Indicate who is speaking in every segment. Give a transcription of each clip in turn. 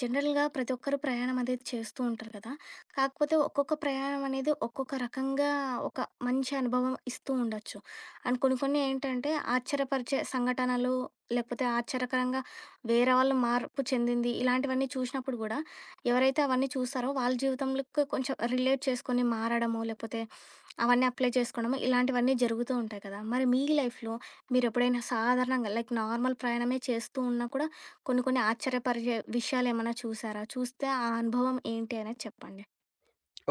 Speaker 1: జనరల్‌గా ప్రతి ఒక్కరు ప్రయాణం అనేది చేస్తూ ఉంటారు కదా! కాకపోతే ఒక్కొక్క ప్రయాణం అనేది ఒక్కొక్క రకంగా ఒక మంచి అనుభవం ఇస్తూ ఉండొచ్చు. అండ్ కొన్ని కొన్ని ఏంటంటే ఆశ్చర్యపరిచే సంఘటనలు, లేకపోతే ఆశ్చర్యకరంగా వేరే వాళ్ళు మార్పు చెందింది ఇలాంటివన్నీ చూసినప్పుడు గూడా ఎవరైతే అవన్నీ చూస్తారో వాళ్ళ జీవితంలోకి కొంచెం రిలేట్ చేసుకొని మారడమో, లేకపోతే అవన్నీ అప్లై చేసుకోవడమో ఇలాంటివన్నీ జరుగుతూ ఉంటాయి కదా! మరి మీ లైఫ్‌లో మీరెప్పుడైనా సాధారణంగా లైక్ నార్మల్ ప్రయాణమే చేస్తూ ఉన్నా కూడా కొన్ని కొన్ని ఆశ్చర్యపరిచే విషయాలేమన్నా చూసారా? చూస్తే ఆ అనుభవం ఏంటి అనేది చెప్పండి?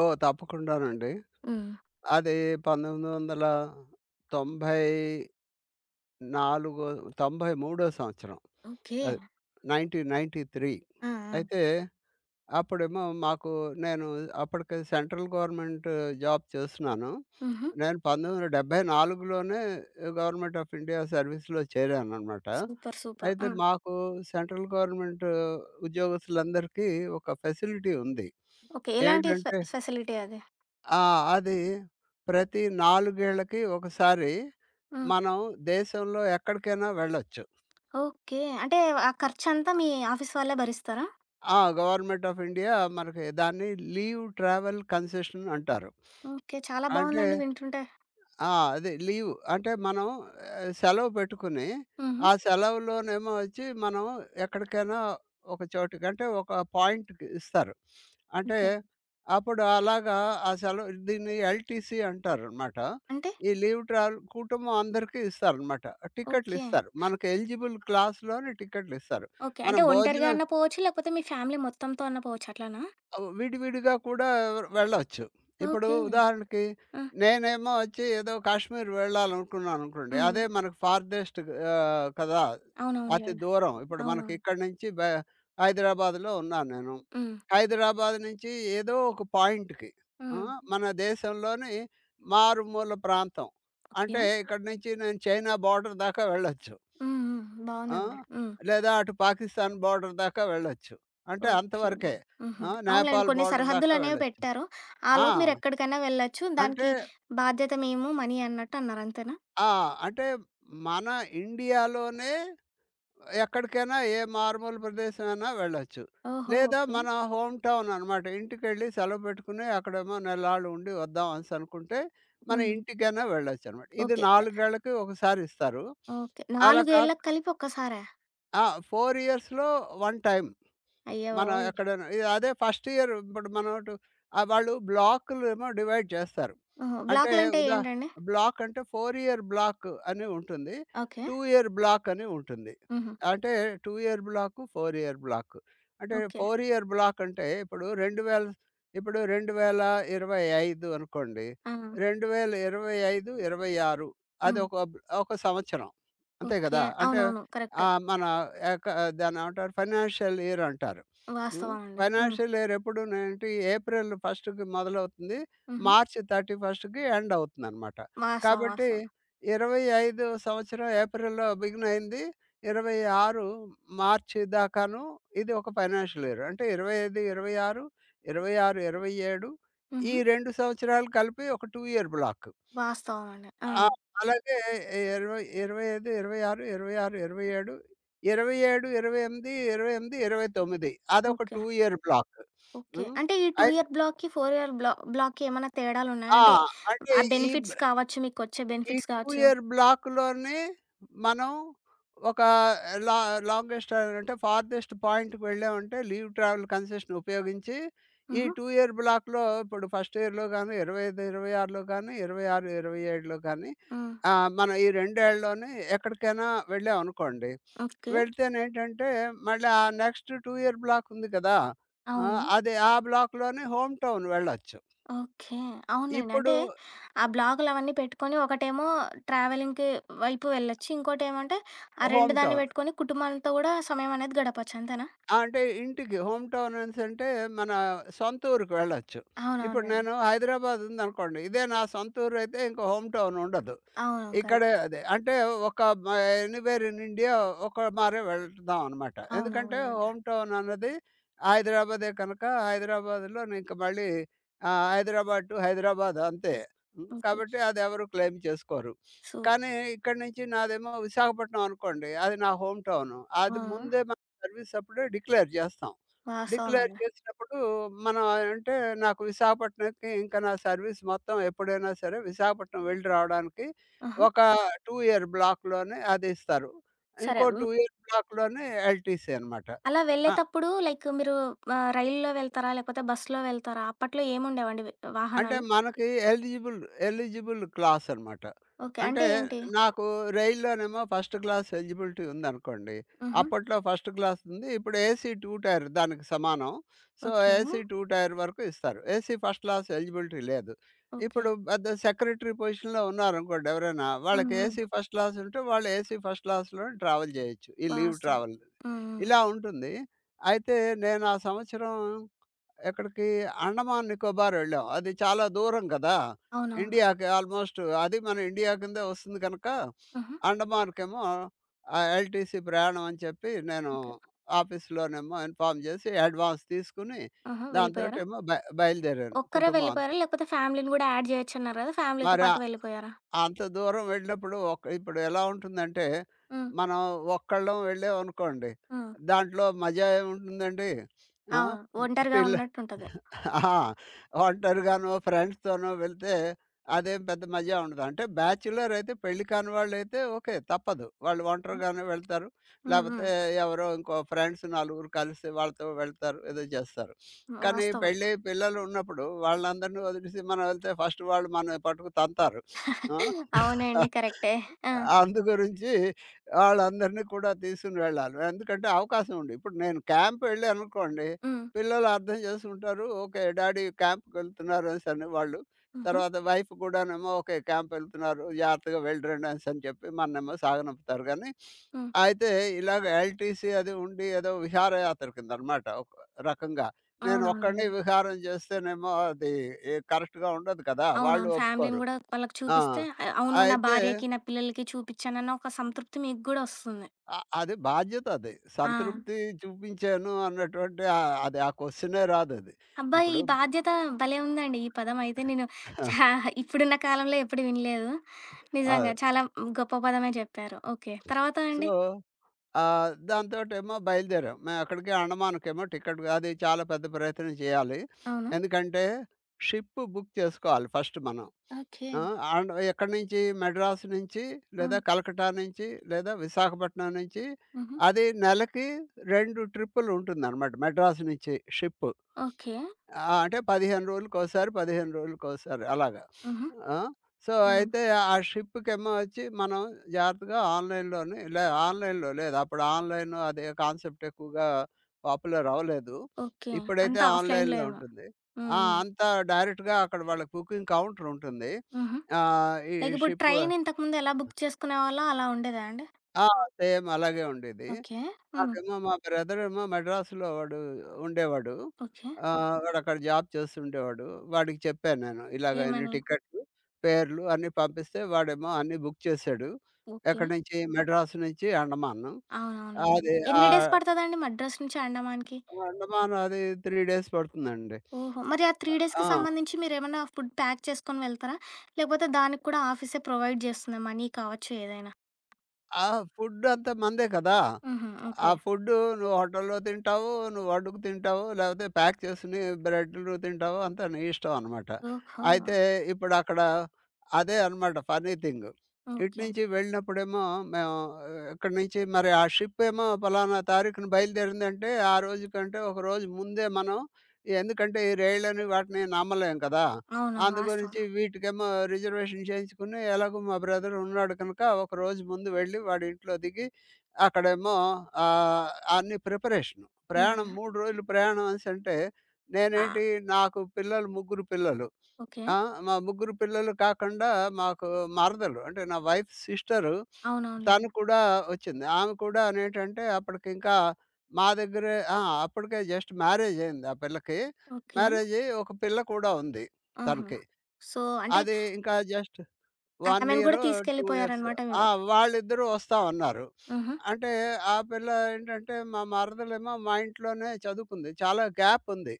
Speaker 2: ఓహ్! తప్పకుండానండి.
Speaker 1: హ్మ్.
Speaker 2: అది 1994 93 సంవత్సరం.
Speaker 1: ఓకే.
Speaker 2: అది 1993
Speaker 1: ఆ! ఆ!
Speaker 2: అయితే అప్పుడేమో మాకు నేను అప్పటికి సెంట్రల్ గవర్నమెంట్ జాబ్ చేస్తున్నాను.
Speaker 1: హుహు.
Speaker 2: నేను 1974లోనే గవర్నమెంట్ ఆఫ్ ఇండియా సర్వీస్‌లో చేరాననమాట.
Speaker 1: సూపర్. సూపర్.
Speaker 2: అయితే
Speaker 1: ఆ!
Speaker 2: మాకు సెంట్రల్ గవర్నమెంట్ ఉద్యోగస్తులందరికీ ఒక ఫెసిలిటీ ఉంది.
Speaker 1: ఓకే. ఎలాంటి ఫె
Speaker 2: ఏమిటంటే
Speaker 1: ఫెసిలిటీ అది?
Speaker 2: ఆ! అది ప్రతి నాలుగేళ్లకి ఒకసారి
Speaker 1: హ్మ్.
Speaker 2: మనం దేశంలో ఎక్కడికైనా వెళ్ళొచ్చు.
Speaker 1: ఓకే. అంటే ఆ ఖర్చంతా మీ ఆఫీస్ వాళ్ళే భరిస్తారా?
Speaker 2: గవర్నమెంట్ ఆఫ్ ఇండియా మనకి దాన్ని లీవ్ ట్రావెల్ కన్సెషన్ అంటారు.
Speaker 1: ఓకే. చాలా
Speaker 2: అంటే
Speaker 1: బావుందండి వింటుంటే.
Speaker 2: ఆ! అది లీవ్. అంటే మనం సెలవు పెట్టుకుని,
Speaker 1: హుహు.
Speaker 2: ఆ సెలవులోనేమో వచ్చి మనం ఎక్కడికైనా ఒక చోటుకి అంటే ఒక పాయింట్‌కి ఇస్తారు. అంటే
Speaker 1: ఓకే.
Speaker 2: అప్పుడు అలాగా ఆ సెలవు దీన్ని ఎల్‌టీసీ అంటారనమాట.
Speaker 1: అంటే
Speaker 2: ఈ లీవ్ ట్రావెల్ కుటుంబం అందరికీ ఇస్తారనమాట.
Speaker 1: ఓకే.
Speaker 2: టికెట్లిస్తారు. మనకు ఎలిజిబుల్ క్లాస్‌లోని టికెట్లిస్తారు.
Speaker 1: ఓకే. అంటే
Speaker 2: మనం
Speaker 1: ఒంటరిగా
Speaker 2: భోజనం
Speaker 1: అన్నా పోవచ్చు, లేకపోతే మీ ఫ్యామిలీ మొత్తంతో అన్నా పోవచ్చు అట్లానా?
Speaker 2: విడివిడిగా కూడా వెళ్ళొచ్చు. ఇప్పుడు
Speaker 1: ఓకే.
Speaker 2: ఉదాహరణకి
Speaker 1: ఆ!
Speaker 2: నేనేమో వచ్చి ఏదో కాశ్మీర్ వెళ్ళాలనుకున్నాననుకోండి.
Speaker 1: హ్మ్.
Speaker 2: అదే మనకు ఫార్దెస్ట్ కదా! అతి
Speaker 1: అవునవునులెండి.
Speaker 2: దూరం. ఇప్పుడు మనకి
Speaker 1: అవునవును.
Speaker 2: ఇక్కడి నుంచి బ హైదరాబాద్‌లో ఉన్నాను నేను.
Speaker 1: హ్మ్.
Speaker 2: హైదరాబాద్ నుంచి ఏదో ఒక పాయింట్‌కి ఆ!
Speaker 1: హ్మ్.
Speaker 2: మన దేశంలోని మారుమూల ప్రాంతం.
Speaker 1: ఓకే.
Speaker 2: అంటే ఇక్కడి నుంచి నేను చైనా బోర్డర్ దాకా వెళ్ళొచ్చు.
Speaker 1: హ్మ్. హ్మ్.
Speaker 2: ఆ!
Speaker 1: బావుందండి. హ్మ్.
Speaker 2: లేదా అటు పాకిస్తాన్ బోర్డర్ దాకా వెళ్ళొచ్చు. అంటే
Speaker 1: ఓకే.
Speaker 2: అంతవరకే.
Speaker 1: హుహు. అవునులెండి.
Speaker 2: నేపాల్
Speaker 1: కొన్ని
Speaker 2: బోర్డర్ దాకా
Speaker 1: సరిహద్దులనేవి
Speaker 2: వెళ్ళొచ్చు.
Speaker 1: పెట్టారు.
Speaker 2: ఆ!
Speaker 1: ఆలోపు మీరెక్కడికైనా వెళ్ళొచ్చు.
Speaker 2: అంటే
Speaker 1: దానికి బాధ్యత మేము, మనీ అన్నట్టు అన్నారు. అంతేనా?
Speaker 2: ఆ! అంటే మన ఇండియాలోనే ఎక్కడికైనా ఏ మారుమూల ప్రదేశమైనా వెళ్ళొచ్చు.
Speaker 1: ఓహో!
Speaker 2: లేదా
Speaker 1: ఓకే.
Speaker 2: మన హోమ్ టౌన్ అనమాట. ఇంటికెళ్ళి సెలవు పెట్టుకుని అక్కడేమో నెల్లాళ్ళు ఉండి వద్దాం అనేసి అనుకుంటే మన
Speaker 1: హుహు.
Speaker 2: ఇంటికైనా వెళ్ళొచ్చనమాట. ఇది
Speaker 1: ఓకే.
Speaker 2: 4 ఏళ్ళకి ఒకసారి ఇస్తారు.
Speaker 1: ఓకే.
Speaker 2: అలా
Speaker 1: 4
Speaker 2: కాక
Speaker 1: ఏళ్ళకి కలిపి ఒక్కసారా?
Speaker 2: ఆ! 4 ఇయర్స్‌లో 1 టైమ్.
Speaker 1: అయ్య
Speaker 2: మనం
Speaker 1: బాబోయ్!
Speaker 2: ఎక్కడైనా ఇది అదే ఫస్ట్ ఇయర్ ఇప్పుడు మనం టు వాళ్ళు బ్లాకులేమో డివైడ్ చేస్తారు.
Speaker 1: ఓహో!
Speaker 2: అంటే
Speaker 1: బ్లాక్‌లంటే
Speaker 2: ఉదా
Speaker 1: ఏంటండి?
Speaker 2: బ్లాక్ అంటే 4 ఇయర్ బ్లాక్ అని ఉంటుంది.
Speaker 1: ఓకే.
Speaker 2: 2 ఇయర్ బ్లాక్ అని ఉంటుంది.
Speaker 1: హుహు.
Speaker 2: అంటే 2 ఇయర్ బ్లాకు, 4 ఇయర్ బ్లాకు. అంటే
Speaker 1: ఓకే.
Speaker 2: 4 ఇయర్ బ్లాక్ అంటే ఇప్పుడు 2025 అనుకోండి.
Speaker 1: ఆ!
Speaker 2: 2025, 26 అది
Speaker 1: హ్మ్.
Speaker 2: ఒక సంవత్సరం. అంతే
Speaker 1: ఓకే.
Speaker 2: కదా! అంటే
Speaker 1: అవునవును. కరెక్ట్.
Speaker 2: ఆహ్, మన ఎక దాన్నేమంటారు ఫైనాన్షియల్ ఇయర్ అంటారు. హ్మ్.
Speaker 1: వాస్తవం అండి. హ్మ్.
Speaker 2: ఫైనాన్షియల్ ఇయర్ ఎప్పుడునంటే ఏప్రిల్ ఫస్ట్‌కి మొదలవుతుంది.
Speaker 1: హుహు.
Speaker 2: మార్చ్ 31కి ఎండ్ అవుతుందనమాట.
Speaker 1: వాస్తవం.
Speaker 2: కాబట్టి
Speaker 1: వాస్తవం.
Speaker 2: 25 సంవత్సరం ఏప్రిల్‌లో బిగిన్ అయింది. 26 మార్చి దాకాను ఇది ఒక ఫైనాన్షియల్ ఇయర్. అంటే 25, 26, 26, 27 ఈ
Speaker 1: హుహు.
Speaker 2: 2 సంవత్సరాలు కలిపి ఒక 2 ఇయర్ బ్లాక్.
Speaker 1: వాస్తవం అండి. ఆ!
Speaker 2: ఆ! అలాగే 20, 25, 26, 26, 27, 27, 28, 28, 29 అదొక
Speaker 1: ఓకే.
Speaker 2: 2 year block.
Speaker 1: ఓకే.
Speaker 2: హ్మ్.
Speaker 1: అంటే ఈ 2
Speaker 2: అయి
Speaker 1: ఇయర్ బ్లాక్‌కి, 4 ఇయర్ బ్లాక్‌కి ఏమన్నా తేడాలున్నాయా?
Speaker 2: ఆ!
Speaker 1: అంటే
Speaker 2: అంటే
Speaker 1: ఆ
Speaker 2: ఈ
Speaker 1: బెనిఫిట్స్ కావచ్చు, మీకొచ్చే
Speaker 2: ఈ
Speaker 1: బెనిఫిట్స్
Speaker 2: 2
Speaker 1: కావచ్చు.
Speaker 2: ఇయర్ బ్లాక్‌లోనే మనం ఒక లా లాంగెస్ట్ అంటే ఫార్దెస్ట్ పాయింట్‌కి వెళ్ళామంటే లీవ్ ట్రావెల్ కన్సెషన్ ఉపయోగించి, ఈ
Speaker 1: హుహు.
Speaker 2: 2 ఇయర్ బ్లాక్‌లో ఇప్పుడు ఫస్ట్ ఇయర్‌లో గాని, 25, 26లో గాని, 26, 27లో గాని
Speaker 1: హ్మ్.
Speaker 2: మనం ఈ రెండేళ్ళలోనే ఎక్కడికైనా వెళ్ళామనుకోండి.
Speaker 1: ఓకే.
Speaker 2: వెళ్తేనేంటంటే మళ్ళీ ఆ నెక్స్ట్ 2 ఇయర్ బ్లాక్ ఉంది కదా!
Speaker 1: అవును.
Speaker 2: అది ఆ బ్లాక్‌లోనే హోమ్ టౌన్ వెళ్ళొచ్చు.
Speaker 1: ఓకే. అవునులెండి. అంటే
Speaker 2: ఇప్పుడు
Speaker 1: ఆ బ్లాగులవన్నీ పెట్టుకొని ఒకటేమో ట్రావెలింగ్‌కి వైపు వెళ్ళొచ్చు. ఇంకోటేమంటే ఆ 2
Speaker 2: హోమ్
Speaker 1: దాన్ని
Speaker 2: టౌన్.
Speaker 1: పెట్టుకొని కుటుంబంతో కూడా సమయం అనేది గడపొచ్చు. అంతేనా?
Speaker 2: అంటే ఇంటికి హోమ్ టౌన్ అనేసంటే మన సొంత ఊరికి వెళ్ళొచ్చు. ఇప్పుడు
Speaker 1: అవునవునులెండి.
Speaker 2: నేను హైదరాబాద్ ఉందనుకోండి. ఇదే నా సొంత ఊరైతే ఇంక హోమ్ టౌన్ ఉండదు.
Speaker 1: అవునవును.
Speaker 2: ఇక్కడ
Speaker 1: కరెక్ట్.
Speaker 2: అదే. అంటే ఒక మ ఎనీవేర్ ఇన్ ఇండియా ఒక మారే వెళ్దాం అనమాట. ఎందుకంటే
Speaker 1: అవునవునులెండి.
Speaker 2: హోమ్ టౌన్ అన్నది హైదరాబాదే కనుక హైదరాబాద్‌లో ఇంక మళ్ళీ హైదరాబాద్ టు హైదరాబాద్ అంతే.
Speaker 1: ఓకే.
Speaker 2: కాబట్టి అది ఎవరు క్లెయిమ్ చేసుకోరు.
Speaker 1: సో
Speaker 2: కానీ ఇక్కడి నుంచి నాదేమో విశాఖపట్నం అనుకోండి. అది నా హోమ్ టౌన్.
Speaker 1: ఆ!
Speaker 2: అది ముందే మనం సర్వీస్ అప్పుడే డిక్లేర్ చేస్తాం. డిక్లేర్
Speaker 1: వాస్తవమండి.
Speaker 2: చేసినప్పుడు మనం అంటే నాకు విశాఖపట్నంకి ఇంకా నా సర్వీస్ మొత్తం ఎప్పుడైనా సరే విశాఖపట్నం వెళ్లి రావడానికి
Speaker 1: ఆహా!
Speaker 2: ఒక 2 ఇయర్ బ్లాక్‌లోనే అదిస్తారు.
Speaker 1: సరే.
Speaker 2: ఇంకో
Speaker 1: హ్మ్.
Speaker 2: 2 ఇయర్ బ్లాక్‌లోనే ఎల్‌టీసీ అనమాట.
Speaker 1: అలా
Speaker 2: ఆ!
Speaker 1: వెళ్ళేతప్పుడు లైక్ మీరు ఆహ్, రైలులో వెళ్తారా? లేకపోతే బస్సులో వెళ్తారా? అప్పట్లో ఏముండేవండి
Speaker 2: అంటే
Speaker 1: వాహనాలు?
Speaker 2: మనకి ఎలిజిబుల్ ఎలిజిబుల్ క్లాస్ అనమాట.
Speaker 1: ఓకే.
Speaker 2: అంటే
Speaker 1: అంటే ఏంటి?
Speaker 2: నాకు రైల్‌లోనేమో ఫస్ట్ క్లాస్ ఎలిజిబిలిటీ ఉందనుకోండి.
Speaker 1: హుహు.
Speaker 2: అప్పట్లో ఫస్ట్ క్లాస్ ఉంది. ఇప్పుడు ఏసీ 2 టైర్ దానికి సమానం. So,
Speaker 1: okay.
Speaker 2: ఏసీ 2 టైర్ వరకు ఇస్తారు. ఏసీ ఫస్ట్ క్లాస్ ఎలిజిబిలిటీ లేదు.
Speaker 1: ఓకే.
Speaker 2: ఇప్పుడు పెద్ద సెక్రటరీ పొజిషన్‌లో ఉన్నారనుకోండి ఎవరైనా,
Speaker 1: హ్మ్.
Speaker 2: వాళ్ళకి
Speaker 1: హ్మ్.
Speaker 2: ఏసీ ఫస్ట్ క్లాస్ ఉంటే వాళ్ళు ఏసీ ఫస్ట్ క్లాస్‌లోనే ట్రావెల్ చేయొచ్చు. ఈ లీవ్
Speaker 1: వాస్తవం.
Speaker 2: ట్రావెల్.
Speaker 1: హ్మ్. హ్మ్.
Speaker 2: ఇలా ఉంటుంది. అయితే నేను ఆ సంవత్సరం ఎక్కడికి? అండమాన్ నికోబార్ వెళ్ళాం. అది చాలా దూరం కదా!
Speaker 1: అవునవును.
Speaker 2: ఇండియాకి ఆల్మోస్ట్ అది మన ఇండియా కిందే వస్తుంది గనక,
Speaker 1: హుహు.
Speaker 2: అండమాన్‌కేమో ఎల్‌టీసీ ప్రయాణం అని చెప్పి నేను
Speaker 1: ఓకే.
Speaker 2: ఆఫీస్‌లోనేమో ఇన్ఫార్మ్ చేసి, అడ్వాన్స్ తీసుకొని
Speaker 1: ఆహా! వెళ్ళిపోయారా?
Speaker 2: దాంతోటేమో బ బయలుదేరాను
Speaker 1: ఒక్కరే
Speaker 2: కుటుంబం
Speaker 1: వెళ్ళిపోయారా?
Speaker 2: అంతా.
Speaker 1: లేకపోతే ఫ్యామిలీని గూడా యాడ్ జేయొచ్చన్నారు గదా! ఫ్యామిలీతో
Speaker 2: మరి
Speaker 1: పాటు వెళ్ళిపోయారా?
Speaker 2: అంత దూరం వెళ్ళినప్పుడు ఇప్పుడు ఎలా ఉంటుందంటే,
Speaker 1: హ్మ్.
Speaker 2: మనం ఒక్కళ్ళం వెళ్ళామనుకోండి,
Speaker 1: హ్మ్.
Speaker 2: దాంట్లో మజా ఏముంటుందండి? ఆ!
Speaker 1: అవును. ఒంటరిగా
Speaker 2: పిల్ల
Speaker 1: ఉన్నట్టుంటది.
Speaker 2: ఆ! ఒంటరిగానో, ఫ్రెండ్స్‌తోనో వెళ్తే అదేం పెద్ద మజా ఉండదు. అంటే బ్యాచిలర్ అయితే పెళ్లి కాని వాళ్ళైతే ఓకే. తప్పదు. వాళ్ళు
Speaker 1: హ్మ్.
Speaker 2: ఒంటరిగానే వెళ్తారు.
Speaker 1: హ్మ్.
Speaker 2: లేపోతే ఎవరో ఇంకో ఫ్రెండ్స్ నలుగురు కలిసి వాళ్ళతో వెళ్తారు. ఏదో చేస్తారు. కానీ
Speaker 1: వాస్తవం.
Speaker 2: పెళ్లయి పిల్లలు ఉన్నప్పుడు వాళ్ళందరిని వదిలేసి మనం వెళ్తే ఫస్ట్ వాళ్ళు మనల్ని పట్టుకు తంతారు. ఆ?
Speaker 1: అవునండి. కరెక్టే. ఆ!
Speaker 2: అందు గురించి వాళ్ళందరినీ కూడా తీసుకుని వెళ్ళాలి. ఎందుకంటే అవకాశం ఉంది. ఇప్పుడు నేను క్యాంప్ వెళ్ళాననుకోండి,
Speaker 1: హ్మ్.
Speaker 2: పిల్లలు అర్థం చేసుకుంటారు. ఓకే. డాడీ క్యాంప్‌కెళ్తున్నారు అనేసని వాళ్ళు.
Speaker 1: హుహు.
Speaker 2: తర్వాత వైఫ్ కూడానేమో ఓకే. క్యాంపెళ్తున్నారు. జాగ్రత్తగా వెళ్ళిరండి అనేసని చెప్పి మననేమో సాగనంపుతారు గానీ,
Speaker 1: హ్మ్.
Speaker 2: అయితే ఇలాగ ఎల్టీసీ అది ఉండి ఏదో విహారయాత్ర కిందనమాట ఒక రకంగా. నేను ఒక్కడిని
Speaker 1: అవునవునులెండి.
Speaker 2: విహారం చేస్తేనేమో అది కరెక్ట్‌గా ఉండదు కదా! వాళ్ళు
Speaker 1: అవునవును. ఫ్యామిలీ‌ని
Speaker 2: ఒప్పుకోరు.
Speaker 1: గూడా వాళ్ళకి
Speaker 2: ఆ!
Speaker 1: చూపిస్తే ఆహ్, అవును నా
Speaker 2: అయితే
Speaker 1: భార్యకి, నా పిల్లలకి చూపిచ్చానన్న ఒక సంతృప్తి మీకు గూడా ఒస్తుంది.
Speaker 2: అది బాధ్యతది.
Speaker 1: ఆ!
Speaker 2: సంతృప్తి చూపించాను అన్నటువంటి అది ఆ క్వెషనే రాదది.
Speaker 1: అబ్బా! ఈ
Speaker 2: ఇప్పుడు
Speaker 1: బాధ్యత భలే ఉందండి. ఈ పదం అయితే నేను చా ఇప్పుడున్న కాలంలో ఎప్పుడు వినలేదు.
Speaker 2: ఆ!
Speaker 1: నిజంగా చాలా గొప్ప పదమే చెప్పారు. ఓకే. తర్వాత
Speaker 2: సో
Speaker 1: అండి?
Speaker 2: ఆహ్, దాంతోటేమో బయలుదేరాం. మేమక్కడికి అండమాన్‌కేమో టికెట్ అది చాలా పెద్ద ప్రయత్నం చేయాలి.
Speaker 1: అవును.
Speaker 2: ఎందుకంటే షిప్ బుక్ చేసుకోవాలి ఫస్ట్ మనం.
Speaker 1: ఓకే.
Speaker 2: ఆ! అండ్ ఎక్కడి నుంచి మద్రాసు నుంచి లేదా
Speaker 1: హ్మ్.
Speaker 2: కలకట్టా నుంచి లేదా విశాఖపట్నం నుంచి
Speaker 1: హుహు.
Speaker 2: అది నెలకి 2 ట్రిప్పులుంటుందనమాట మద్రాసు నుంచి షిప్పు.
Speaker 1: ఓకే.
Speaker 2: అంటే 15 రోజులకోసారి, 15 రోజులకోసారి అలాగా.
Speaker 1: హుహు.
Speaker 2: ఆ! సో,
Speaker 1: హ్మ్.
Speaker 2: అయితే ఆ షిప్‌కేమో వచ్చి మనం జాగ్రత్తగా ఆన్‌లైన్‌లో లేదు. అప్పుడు ఆన్‌లైన్ అదే కాన్సెప్ట్ ఎక్కువగా పాపులర్ అవ్వలేదు.
Speaker 1: ఓకే.
Speaker 2: ఇప్పుడైతే
Speaker 1: అంతా ఆఫ్‌లైన్‌లో
Speaker 2: ఆన్‌లైన్‌లో
Speaker 1: ఏమో.
Speaker 2: ఉంటుంది.
Speaker 1: హ్మ్.
Speaker 2: అంతా డైరెక్ట్‌గా అక్కడ వాళ్ళ బుకింగ్ కౌంటర్ ఉంటుంది.
Speaker 1: హుహు.
Speaker 2: ఆహ్, ఈ
Speaker 1: లైక్ ఇప్పుడు
Speaker 2: షిప్
Speaker 1: ట్రైన్ ఇంతకుముందు ఎలా బుక్ చేసుకునేవాళ్ళో అలా ఉండేదా అండి?
Speaker 2: ఆ! సేమ్ అలాగే ఉండేది.
Speaker 1: ఓకే. హ్మ్.
Speaker 2: నాకేమో మా బ్రదర్ ఏమో మెడ్రాస్‌లో వాడు ఉండేవాడు.
Speaker 1: ఓకే.
Speaker 2: వాడక్కడ జాబ్ చేస్తుండేవాడు. వాడికి చెప్పాను నేను. ఇలాగ ఇన్ని
Speaker 1: ఏమని?
Speaker 2: టికెట్లు, పేర్లు అన్నీ పంపిస్తే వాడేమో అన్నీ బుక్ చేసాడు.
Speaker 1: ఓకే.
Speaker 2: ఎక్కడి నుంచి? మెడ్రాస్ నుంచి అండమాను.
Speaker 1: అవునవునులేండి.
Speaker 2: అది
Speaker 1: ఎన్ని డేస్
Speaker 2: ఆహ్,
Speaker 1: పడతదండి మద్రాస్ నుంచి అండమాన్‌కి?
Speaker 2: అండమాన్ అది 3 డేస్ పడుతుందండి.
Speaker 1: ఓహో! మరి ఆ 3 డేస్‌కి
Speaker 2: ఆ!
Speaker 1: సంబంధించి మీరేమన్నా ఫుడ్ ప్యాక్ చేసుకొని వెళ్తారా? లేకపోతే దానికి కూడా ఆఫీసే ప్రొవైడ్ చేస్తుందా? మనీ కావచ్చు ఏదైనా?
Speaker 2: ఆ! ఫుడ్ అంతా మనదే కదా!
Speaker 1: హుహు.
Speaker 2: ఆ
Speaker 1: ఓకే.
Speaker 2: ఫుడ్డు నువ్వు హోటల్‌లో తింటావు, నువ్వు వండుకు తింటావు, లేకపోతే ప్యాక్ చేసుకొని బ్రెడ్‌లు తింటావు అంతా నీ ఇష్టం అనమాట.
Speaker 1: ఓహో!
Speaker 2: అయితే ఇప్పుడు అక్కడ అదే అనమాట ఫన్నీ థింగ్. ఇటు
Speaker 1: ఓకే.
Speaker 2: నుంచి వెళ్ళినప్పుడేమో మేము ఇక్కడి నుంచి మరి ఆ షిప్ ఏమో పలానా తారీఖున బయలుదేరిందంటే ఆ రోజు కంటే ఒక రోజు ముందే మనం ఎందుకంటే ఈ రైళ్ళని వాటిని నమ్మలేం కదా!
Speaker 1: అవునవును.
Speaker 2: అందు
Speaker 1: వాస్తవం.
Speaker 2: గురించి వీటికేమో రిజర్వేషన్ చేయించుకుని, ఎలాగో మా బ్రదర్ ఉన్నాడు కనుక, ఒక రోజు ముందు వెళ్ళి వాడి ఇంట్లో దిగి, అక్కడేమో ఆహ్, అన్ని ప్రిపరేషను.
Speaker 1: యాహ్!
Speaker 2: ప్రయాణం
Speaker 1: యాహ్!
Speaker 2: 3 రోజులు ప్రయాణం అనేసంటే,
Speaker 1: ఆ!
Speaker 2: నేనేంటి నాకు పిల్లలు, ముగ్గురు పిల్లలు.
Speaker 1: ఓకే.
Speaker 2: ఆ! మా ముగ్గురు పిల్లలు కాకుండా మాకు మరదలు అంటే నా వైఫ్ సిస్టరు, తను
Speaker 1: అవునవునులేండి.
Speaker 2: కూడా వచ్చింది. ఆమె కూడా నేంటంటే అప్పటికింకా మా దగ్గరే అప్పటికే జస్ట్ మ్యారేజ్ అయింది ఆ పిల్లకి.
Speaker 1: ఓకే.
Speaker 2: మ్యారేజ్ అయ్యి ఒక పిల్ల కూడా ఉంది.
Speaker 1: ఆహా!
Speaker 2: తనకి.
Speaker 1: సో, అంటే
Speaker 2: అది ఇంకా జస్ట్ 1
Speaker 1: ఆమెను కూడా
Speaker 2: ఇయరో, 2 ఇయర్స్.
Speaker 1: తీసుకెళ్ళిపోయారనమాట మీరు.
Speaker 2: ఆ! వాళ్ళిద్దరూ వస్తామన్నారు.
Speaker 1: హుహు.
Speaker 2: అంటే ఆ పిల్ల ఏంటంటే, మా మరదలేమో మా ఇంట్లోనే చదువుకుంది. చాలా గ్యాప్ ఉంది.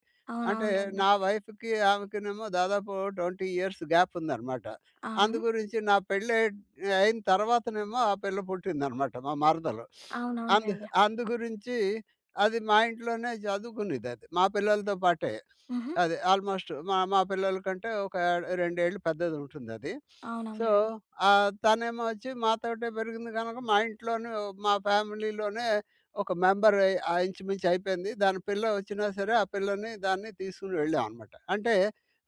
Speaker 2: అంటే
Speaker 1: అవునవునులేండి.
Speaker 2: నా వైఫ్‌కి, ఆమెకినేమో దాదాపు 20 ఇయర్స్ గ్యాప్ ఉందనమాట.
Speaker 1: ఆ!
Speaker 2: అందు గురించి నా పెళ్ళి అయిన తర్వాతనేమో ఆ పిల్ల పుట్టిందనమాట మా మరదలు. అందు
Speaker 1: అవునవునులేండి.
Speaker 2: అందు గురించి అది మా ఇంట్లోనే చదువుకునేదది. మా పిల్లలతో పాటే.
Speaker 1: హుహు.
Speaker 2: అది ఆల్‌మోస్ట్ మా మా పిల్లల కంటే ఒక 2 ఏళ్ళు పెద్దదుంటుందది. సో,
Speaker 1: అవునవునులేండి.
Speaker 2: తనేమో వచ్చి మాతోటే పెరిగింది గనక మా ఇంట్లోనే మా ఫ్యామిలీలోనే ఒక మెంబర్ అయి ఇంచుమించు అయిపోయింది. దాని పిల్ల వచ్చినా సరే ఆ పిల్లని దాన్ని తీసుకొని వెళ్ళామనమాట. అంటే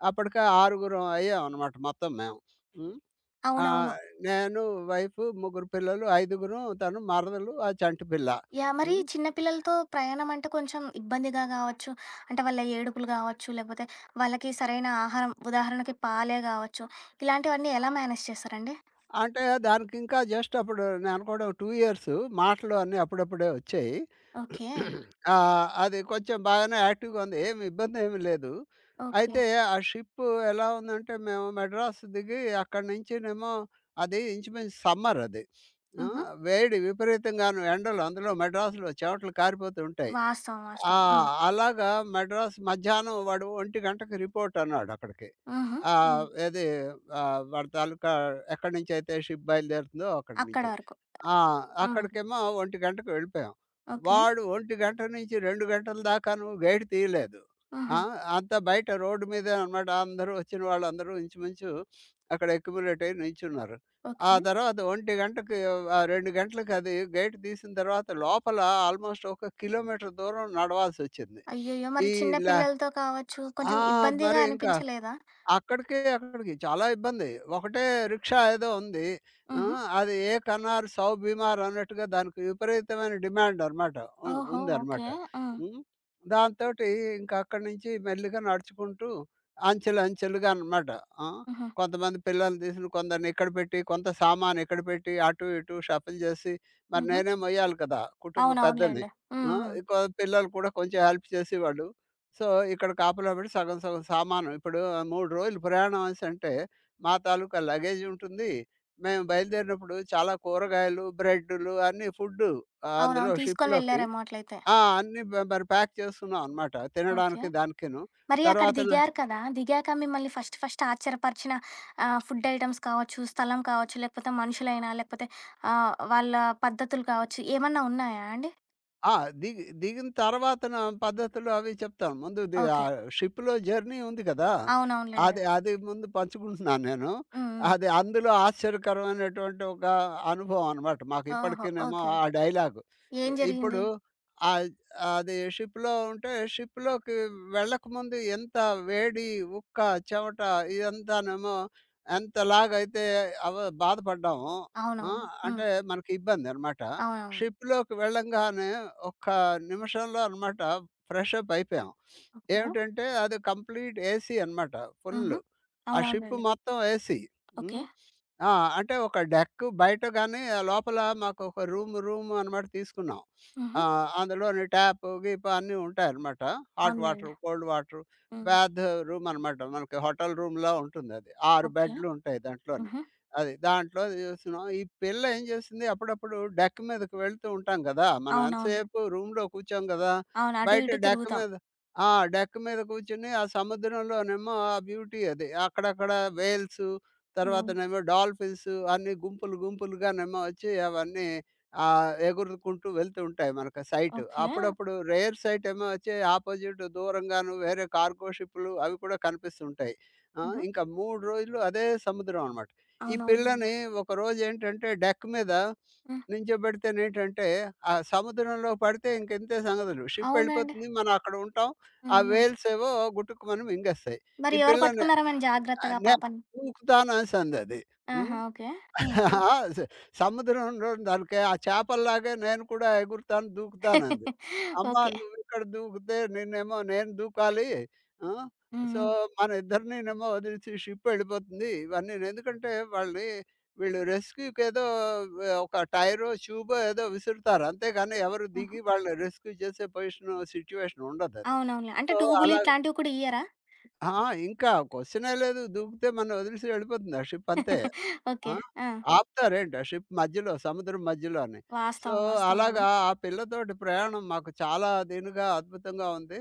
Speaker 2: అప్పటికి ఆరుగురం అయ్యామనమాట మొత్తం మేము. హ్మ్. ఆహ్,
Speaker 1: అవునవును.
Speaker 2: నేను, వైఫ్, ముగ్గురు పిల్లలు, ఐదుగురం, తను మరదలు, ఆ చంటి పిల్ల.
Speaker 1: యాహ్! మరి
Speaker 2: హ్మ్.
Speaker 1: చిన్న పిల్లలతో ప్రయాణం అంటే కొంచెం ఇబ్బందిగా గావచ్చు. అంటే వాళ్ళ ఏడుపులు గావచ్చు, లేకపోతే వాళ్ళకి సరైన ఆహారం ఉదాహరణకి పాలే గావచ్చు. ఇలాంటివన్నీ ఎలా మేనేజ్ చేస్తారండి?
Speaker 2: అంటే దానికింకా జస్ట్ అప్పుడు నేననుకోవడం 2 ఇయర్స్. మాటలు అన్నీ అప్పుడప్పుడే వచ్చాయి.
Speaker 1: ఓకే.
Speaker 2: అది కొంచెం బాగానే యాక్టివ్‌గా ఉంది. ఏమి ఇబ్బందేమి లేదు.
Speaker 1: ఓకే.
Speaker 2: అయితే ఆ షిప్ ఎలా ఉందంటే మేము మెడ్రాస్ దిగి అక్కడి నుంచినేమో అది ఇంచుమించు సమ్మర్ అది. ఆ!
Speaker 1: హుహు.
Speaker 2: వేడి విపరీతంగాను ఎండలు అందులో మెడ్రాస్‌లో చెమటలు కారిపోతూ ఉంటాయి.
Speaker 1: వాస్తవం.
Speaker 2: ఆ!
Speaker 1: వాస్తవం. హ్మ్.
Speaker 2: అలాగా మెడ్రాస్ మధ్యాహ్నం వాడు 1 గంటకి రిపోర్ట్ అన్నాడు అక్కడికి.
Speaker 1: హుహు. హ్మ్.
Speaker 2: ఆహ్, ఏది వాడి తాలూకా ఎక్కడి నుంచైతే షిప్ బయలుదేరుతుందో అక్కడి
Speaker 1: అక్కడి
Speaker 2: నుంచి.
Speaker 1: వరకు.
Speaker 2: ఆ!
Speaker 1: హ్మ్.
Speaker 2: అక్కడికేమో 1:00కి వెళ్ళిపోయాం.
Speaker 1: ఓకే.
Speaker 2: వాడు 1:00 నుంచి 2 గంటల దాకాను గేటు తీయలేదు. ఆ!
Speaker 1: హుహు.
Speaker 2: అంతా బయట రోడ్డు మీదే అనమాట. అందరూ వచ్చిన వాళ్ళందరూ ఇంచుమించు అక్కడ అక్యుమిలేట్ అయ్యి నిల్చున్నారు. ఆ
Speaker 1: ఓకే.
Speaker 2: తర్వాత 1:00కి 2 గంటలకి అది గేటు తీసిన తర్వాత లోపల ఆల్‌మోస్ట్ ఒక కిలోమీటర్ దూరం నడవాల్సొచ్చింది.
Speaker 1: అయ్యయ్యో! మరి
Speaker 2: ఈ
Speaker 1: చిన్న
Speaker 2: లా
Speaker 1: పిల్లలతో కావచ్చు,
Speaker 2: ఆ!
Speaker 1: కొంచెం ఇబ్బందిగా
Speaker 2: మరి ఇంకా
Speaker 1: అనిపించలేదా?
Speaker 2: అక్కడికి చాలా ఇబ్బంది. ఒకటే రిక్షా ఏదో ఉంది. ఆ!
Speaker 1: హుహు.
Speaker 2: అది ఏ కన్నార్ సౌ బీమార్ అన్నట్టుగా దానికి విపరీతమైన డిమాండ్ అనమాట. ఉ
Speaker 1: ఓహో!
Speaker 2: ఉందనమాట.
Speaker 1: ఓకే. హ్మ్.
Speaker 2: హ్మ్. దాంతోటి ఇంక అక్కడి నుంచి మెల్లిగా నడుచుకుంటూ అంచెలు అంచెలుగా అనమాట. ఆ!
Speaker 1: హుహు.
Speaker 2: కొంతమంది పిల్లల్ని తీసుకొని కొందరిని ఇక్కడ పెట్టి, కొంత సామాను ఇక్కడ పెట్టి, అటు ఇటు షఫుల్ చేసి మరి
Speaker 1: హుహు.
Speaker 2: నేనే మొయ్యాలి కదా! కుటుంబ పెద్దని.
Speaker 1: అవునవునులెండి. హ్మ్.
Speaker 2: ఆ!
Speaker 1: హ్మ్.
Speaker 2: ఇంకో పిల్లలు కూడా కొంచెం హెల్ప్ చేసేవాళ్ళు. సో, ఇక్కడ కాపలా పెట్టి సగం సగం సామాను ఇప్పుడు 3 రోజులు ప్రయాణం అనేసంటే, మా తాలూకా లగేజ్ ఉంటుంది. మేము బయలుదేరినప్పుడు చాలా కూరగాయలు, బ్రెడ్‌లు అన్నీ ఫుడ్డు ఆహ్, అందులో
Speaker 1: అవునవును. తీసుకొని
Speaker 2: షిప్‌లోకి
Speaker 1: వెళ్లారేమో అట్లయితే.
Speaker 2: ఆ! అన్నీ మరి ప్యాక్ చేసుకున్నాం అనమాట.
Speaker 1: ఓకే.
Speaker 2: తినడానికి దానికిను.
Speaker 1: మరి అక్కడ
Speaker 2: తర్వాతన
Speaker 1: దిగారు కదా! దిగాక మిమ్మల్ని ఫస్ట్ ఫస్ట్ ఆశ్చర్యపరిచిన ఆహ్, ఫుడ్ ఐటెమ్స్ కావచ్చు, స్థలం కావచ్చు, లేకపోతే మనుషులైనా, లేకపోతే ఆహ్, వాళ్ళ పద్ధతులు కావచ్చు, ఏమన్నా ఉన్నాయా అండి?
Speaker 2: ఆ! దిగి దిగిన తర్వాతన పద్ధతులు అవి చెప్తాను. ముందు
Speaker 1: ఓకే.
Speaker 2: షిప్‌లో జర్నీ ఉంది కదా!
Speaker 1: అవునవునులెండి.
Speaker 2: అది అది ముందు పంచుకుంటున్నాను నేను.
Speaker 1: హ్మ్. హ్మ్.
Speaker 2: అది అందులో ఆశ్చర్యకరమైనటువంటి ఒక అనుభవం అనమాట. మాకు
Speaker 1: ఓహో!
Speaker 2: ఇప్పటికినేమో
Speaker 1: ఓకే.
Speaker 2: ఆ డైలాగు.
Speaker 1: ఏం
Speaker 2: ఇ
Speaker 1: జరిగింది?
Speaker 2: ఇప్పుడు ఆహ్, అది షిప్‌లో ఉంటే షిప్‌లోకి వెళ్ళకముందు ఎంత వేడి, ఉక్క, చెమట ఇదంతానేమో ఎంతలాగైతే అవ బాధపడ్డామో ఆ!
Speaker 1: అవునవును. హ్మ్.
Speaker 2: అంటే మనకి ఇబ్బందనమాట.
Speaker 1: అవునవును.
Speaker 2: షిప్‌లోకి వెళ్ళంగానే ఒక్క నిమిషంలో అనమాట ఫ్రెష్ అప్ అయిపోయాం.
Speaker 1: ఓకే.
Speaker 2: ఏమిటంటే అది కంప్లీట్ ఏసీ అనమాట
Speaker 1: హుహు.
Speaker 2: ఫుల్లు. ఆ షిప్
Speaker 1: అవునవునులెండి.
Speaker 2: మొత్తం ఏసీ.
Speaker 1: ఓకే.
Speaker 2: హ్మ్. ఆ! అంటే ఒక డెక్ బయట గాని లోపల మాకు ఒక రూమ్, రూమ్ అనమాట తీసుకున్నాం.
Speaker 1: హుహు.
Speaker 2: అందులోని ట్యాప్, గీప్ అన్నీ ఉంటాయన్నమాట. హాట్
Speaker 1: అవునులెండి.
Speaker 2: వాటర్, కోల్డ్ వాటర్
Speaker 1: హ్మ్.
Speaker 2: పెద్ద రూమ్ అనమాట. మనకి హోటల్ రూమ్‌లా ఉంటుందది. 6
Speaker 1: ఓకే.
Speaker 2: బెడ్‌లు ఉంటాయి దాంట్లోని.
Speaker 1: హుహు.
Speaker 2: అది. దాంట్లో అది చూస్తున్నాం. ఈ పిల్ల ఏం చేస్తుంది అప్పుడప్పుడు డెక్ మీదకి వెళ్తూ ఉంటాం కదా! మనం
Speaker 1: అవునవునులే.
Speaker 2: ఎంతసేపు రూమ్‌లో కూర్చోం కదా!
Speaker 1: అవును. అటు
Speaker 2: బయట
Speaker 1: ఇటు
Speaker 2: డెక్
Speaker 1: తిరుగుతాం.
Speaker 2: మీద ఆ! డెక్ మీద కూర్చొని ఆ సముద్రంలోనేమో ఆ బ్యూటీ అది. అక్కడక్కడ వేల్స్
Speaker 1: హ్మ్.
Speaker 2: తర్వాతనేమో డాల్ఫిన్స్ అన్నీ గుంపులు గుంపులుగానేమో వచ్చి అవన్నీ ఎగురుకుంటూ వెళ్తూ ఉంటాయి మనకు సైట్.
Speaker 1: ఓకే.
Speaker 2: అప్పుడప్పుడు రేర్ సైట్ ఏమో వచ్చి ఆపోజిట్ దూరంగాను వేరే కార్గో షిప్‌లు అవి కూడా కనిపిస్తుంటాయి.
Speaker 1: హుహు.
Speaker 2: ఇంకా 3 రోజులు అదే సముద్రం అనమాట. ఈ
Speaker 1: అవునవునులెండి.
Speaker 2: పిల్లని ఒకరోజేంటంటే డెక్ మీద
Speaker 1: హ్మ్.
Speaker 2: నించోబెడితేనేంటంటే, ఆ సముద్రంలో పడితే ఇంకంతే సంగతులు. షిప్
Speaker 1: అవునండి.
Speaker 2: ఎళ్ళిపోతుంది. మనం అక్కడ ఉంటాం. ఆ
Speaker 1: హ్మ్. హ్మ్.
Speaker 2: వేల్స్ ఏవో గుటుక్కుమని మింగేస్తాయి.
Speaker 1: మరి
Speaker 2: ఈ
Speaker 1: ఎవరు
Speaker 2: పిల్లని
Speaker 1: పట్టుకున్నారా మేడం
Speaker 2: ఆహ్,
Speaker 1: జాగ్రత్తగా
Speaker 2: నే
Speaker 1: పాపని?
Speaker 2: దూకుతాను అనేసందది.
Speaker 1: ఆహా!
Speaker 2: హ్మ్.
Speaker 1: ఓకే. హ్మ్.
Speaker 2: ఆ! స సముద్రంలో దొరికే ఆ చేపల్లాగే నేను కూడా ఎగురుతాను, దూకుతానంది. అమ్మా!
Speaker 1: ఓకే.
Speaker 2: నువ్విక్కడ దూకితే నిన్నేమో నేను దూకాలి. ఆ!
Speaker 1: హ్మ్.
Speaker 2: సో,
Speaker 1: హ్మ్.
Speaker 2: మన ఇద్దరినినేమో వదిలేసి షిప్ వెళ్ళిపోతుంది. ఇవన్నీను ఎందుకంటే వాళ్ళని వీళ్ళు రెస్క్యూకేదో ఒక టైరో, ట్యూబో ఏదో విసురుతారు. అంతేగాని ఎవరు
Speaker 1: ఆహా!
Speaker 2: దిగి వాళ్ళని రెస్క్యూ చేసే పొజిషను, సిట్యుయేషన్ ఉండదది.
Speaker 1: అవునవునులే. అంటే
Speaker 2: సో,
Speaker 1: టూబులు
Speaker 2: అలా
Speaker 1: ఇట్లాంటివి కూడా ఇయ్యరా?
Speaker 2: ఆ! ఇంకా క్వెషనే లేదు. దూకితే మనం వదిలేసి వెళ్ళిపోతుంది ఆ షిప్ అంతే.
Speaker 1: ఓకే.
Speaker 2: ఆ!
Speaker 1: ఆ!
Speaker 2: ఆపుతారేంటి ఆ షిప్ మధ్యలో, సముద్రం మధ్యలోని. సో,
Speaker 1: వాస్తవం. వాస్తవం అండి.
Speaker 2: అలాగా ఆ పిల్లతోటి ప్రయాణం మాకు చాలా దీనిగా, అద్భుతంగా ఉంది.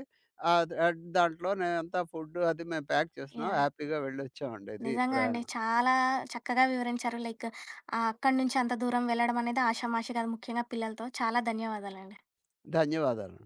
Speaker 2: దాంట్లోనే అంతా ఫుడ్డు అది మేము ప్యాక్ చేసుకున్నాం.
Speaker 1: యాహ్!
Speaker 2: హ్యాపీగా వెళ్ళొచ్చామండి. ఇది
Speaker 1: నిజంగా అండి.
Speaker 2: ప్రయాణం.
Speaker 1: చాలా చక్కగా వివరించారు. లైక్ ఆహ్, అక్కడి నుంచి అంత దూరం వెళ్ళడం అనేది ఆషామాషి కాదు. ముఖ్యంగా పిల్లలతో. చాలా ధన్యవాదాలండి.
Speaker 2: ధన్యవాదాలు.